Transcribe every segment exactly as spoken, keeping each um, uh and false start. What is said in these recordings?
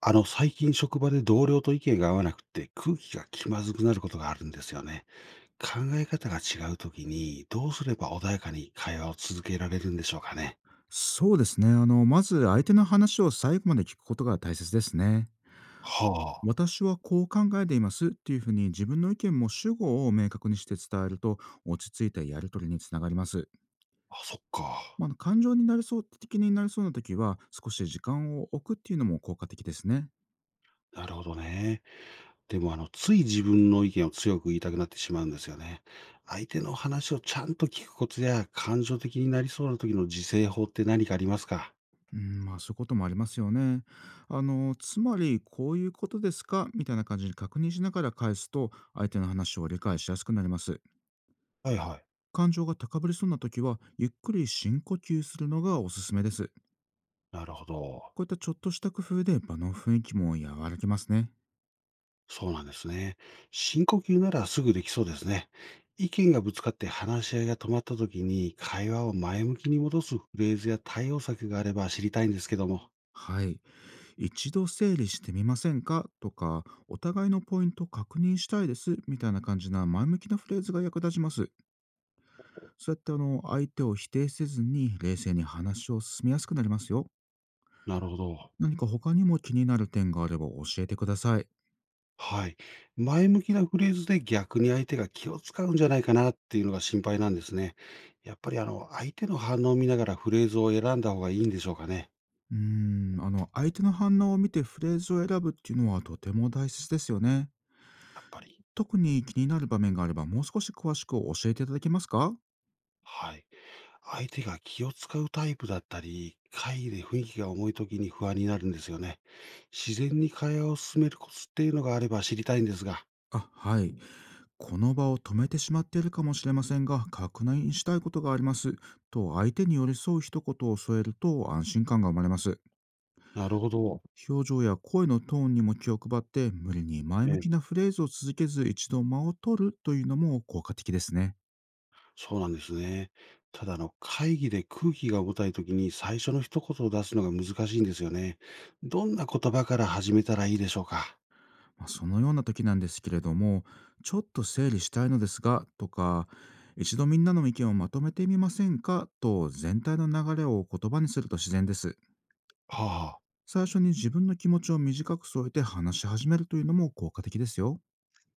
あの、最近職場で同僚と意見が合わなくて空気が気まずくなることがあるんですよね。考え方が違うときにどうすれば穏やかに会話を続けられるんでしょうかね？そうですね。あの、まず相手の話を最後まで聞くことが大切ですね。は私はこう考えていますっていうふうに自分の意見も主語を明確にして伝えると、落ち着いたやり取りにつながります。あ、あ、そっか。まあ、感情になりそう、的になりそうな時は、少し時間を置くっていうのも効果的ですね。なるほどね。でもあの、つい自分の意見を強く言いたくなってしまうんですよね。相手の話をちゃんと聞くコツや感情的になりそうな時の自制法って何かありますか？うん、まあ、そういうこともありますよね。あの、つまりこういうことですかみたいな感じに確認しながら返すと、相手の話を理解しやすくなります。はいはい。感情が高ぶりそうな時は、ゆっくり深呼吸するのがおすすめです。なるほど。こういったちょっとした工夫で、場の雰囲気も和らぎますね。そうなんですね。深呼吸ならすぐできそうですね。意見がぶつかって話し合いが止まった時に会話を前向きに戻すフレーズや対応策があれば知りたいんですけども。はい。一度整理してみませんかとか、お互いのポイントを確認したいですみたいな感じな前向きなフレーズが役立ちます。そうやってあの相手を否定せずに、冷静に話を進めやすくなりますよ。なるほど。何か他にも気になる点があれば教えてください。はい。前向きなフレーズで逆に相手が気を使うんじゃないかなっていうのが心配なんですね。やっぱりあの、相手の反応を見ながらフレーズを選んだ方がいいんでしょうかね？うーん、あの相手の反応を見てフレーズを選ぶっていうのは、とても大切ですよね。やっぱり。特に気になる場面があれば、もう少し詳しく教えていただけますか？はい。相手が気を使うタイプだったり、会議で雰囲気が重い時に不安になるんですよね。自然に会話を進めるコツっていうのがあれば知りたいんですが。あ、はい。この場を止めてしまっているかもしれませんが、確認したいことがあります、と相手に寄り添う一言を添えると、安心感が生まれます。なるほど。表情や声のトーンにも気を配って、無理に前え向え、きなフレーズを続けず、一度間を取るというのも効果的ですね。そうなんですね。ただあの、会議で空気が重たい時に最初の一言を出すのが難しいんですよね。どんな言葉から始めたらいいでしょうか？まあ、そのような時なんですけれども、「ちょっと整理したいのですが」とか「一度みんなの意見をまとめてみませんか」と全体の流れを言葉にすると自然です。はあ、最初に自分の気持ちを短く添えて話し始めるというのも効果的ですよ。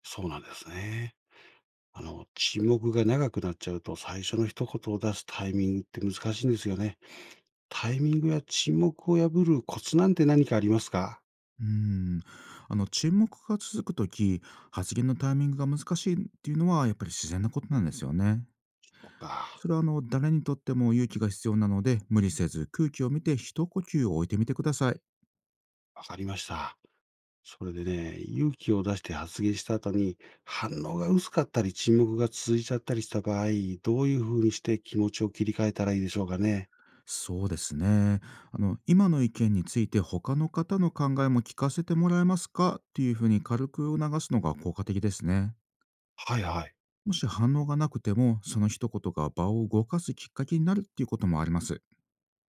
そうなんですね。あの、沈黙が長くなっちゃうと最初の一言を出すタイミングって難しいんですよね。タイミングや沈黙を破るコツなんて何かありますか？うーん、あの沈黙が続く時、発言のタイミングが難しいっていうのは、やっぱり自然なことなんですよね。そうか、それはあの誰にとっても勇気が必要なので、無理せず空気を見て、一呼吸を置いてみてください。わかりました。それでね、勇気を出して発言した後に、反応が薄かったり沈黙が続いちゃったりした場合、どういう風にして気持ちを切り替えたらいいでしょうかね？そうですね。あの、今の意見について他の方の考えも聞かせてもらえますか、っていうふうに軽く促すのが効果的ですね。はいはい、もし反応がなくても、その一言が場を動かすきっかけになるっていうこともあります。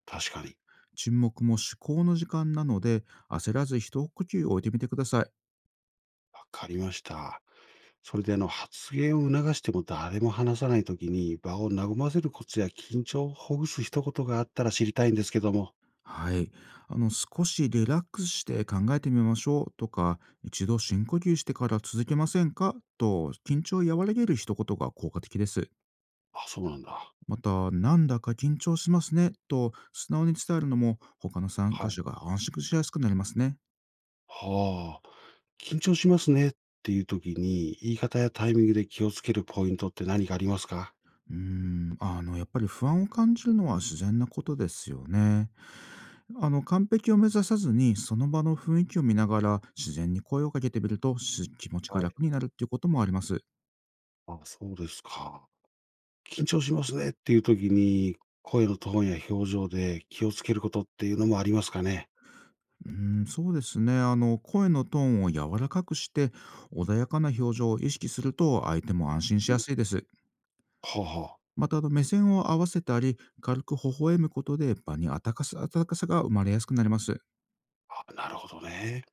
確かに。沈黙も思考の時間なので、焦らず一呼吸置いてみてください。わかりました。それであの、発言を促しても誰も話さない時に、場を和ませるコツや緊張をほぐす一言があったら知りたいんですけども。はい。あの、少しリラックスして考えてみましょうとか、一度深呼吸してから続けませんか、と緊張を和らげる一言が効果的です。あ、そうなんだ。また、なんだか緊張しますねと素直に伝えるのも、他の参は加い。者が安心しやすくなりますね。はあ、緊張しますねっていう時に、言い方やタイミングで気をつけるポイントって何かありますか？うーん、あの、やっぱり不安を感じるのは自然なことですよね。あの、完璧を目指さずに、その場の雰囲気を見ながら自然に声をかけてみるとし、気持ちがはい。楽になるっていうこともあります。あ、そうですか。緊張しますねっていう時に、声のトーンや表情で気をつけることっていうのもありますかね？うーん、そうですね。あの、声のトーンを柔らかくして、穏やかな表情を意識すると相手も安心しうやん。すいです。はあはまた、あの、目線を合わせたり、軽く微笑むことで、場に温かさ温かさが生まれやすくなります。あ、あ、なるほどね。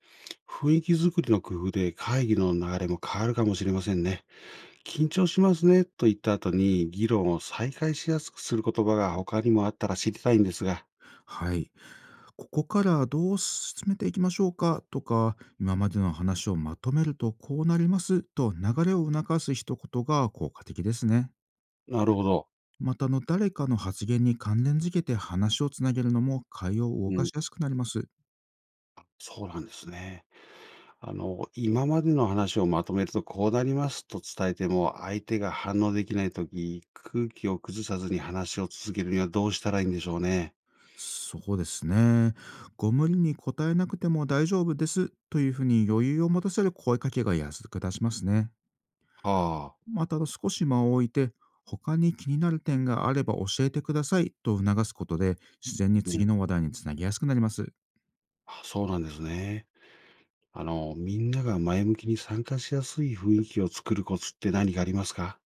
雰囲気作りの工夫で会議の流れも変わるかもしれませんね。緊張しますねと言った後に、議論を再開しやすくする言葉が他にもあったら知りたいんですが。はい。ここからどう進めていきましょうかとか、今までの話をまとめるとこうなります、と流れを促す一言が効果的ですね。なるほど。また、あの、誰かの発言に関連づけて話をつなげるのも、会を動うかしん。やすくなります。そうなんですね。あの、今までの話をまとめるとこうなりますと伝えても、相手が反応できないとき、空気を崩さずに話を続けるにはどうしたらいいんでしょうね？そうですね。ご無理に答えなくても大丈夫です、というふうに余裕を持たせる声かけが安く出しますね。はあ。また、あの少し間を置いて、他に気になる点があれば教えてくださいと促すことで、自然にう次ん。の話題につなぎやすくなります。あ、そうなんですね。あの、みんなが前向きに参加しやすい雰囲気を作るコツって何かありますか？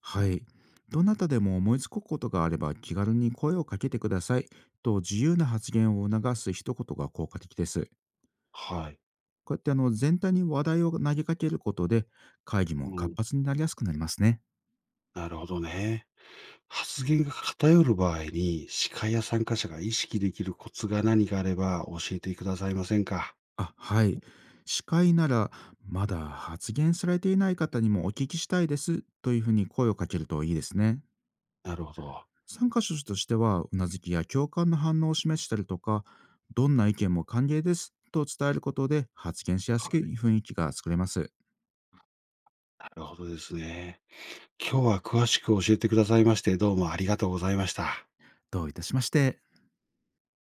はい。どなたでも思いつくことがあれば気軽に声をかけてください、と自由な発言を促す一言が効果的です。はい。こうやってあの全体に話題を投げかけることで、会議うも活ん。発になりやすくなりますね。なるほどね。発言が偏る場合に、司会や参加者が意識できるコツが何かあれば教えてくださいませんか？あ、はい。司会なら、まだ発言されていない方にもお聞きしたいです、というふうに声をかけるといいですね。なるほど。参加者としては、うなずきや共感の反応を示したりとか、どんな意見も歓迎です、と伝えることで発言しやすは、い雰囲気が作れます。なるほどですね。今日は詳しく教えてくださいまして、どうもありがとうございました。どういたしまして。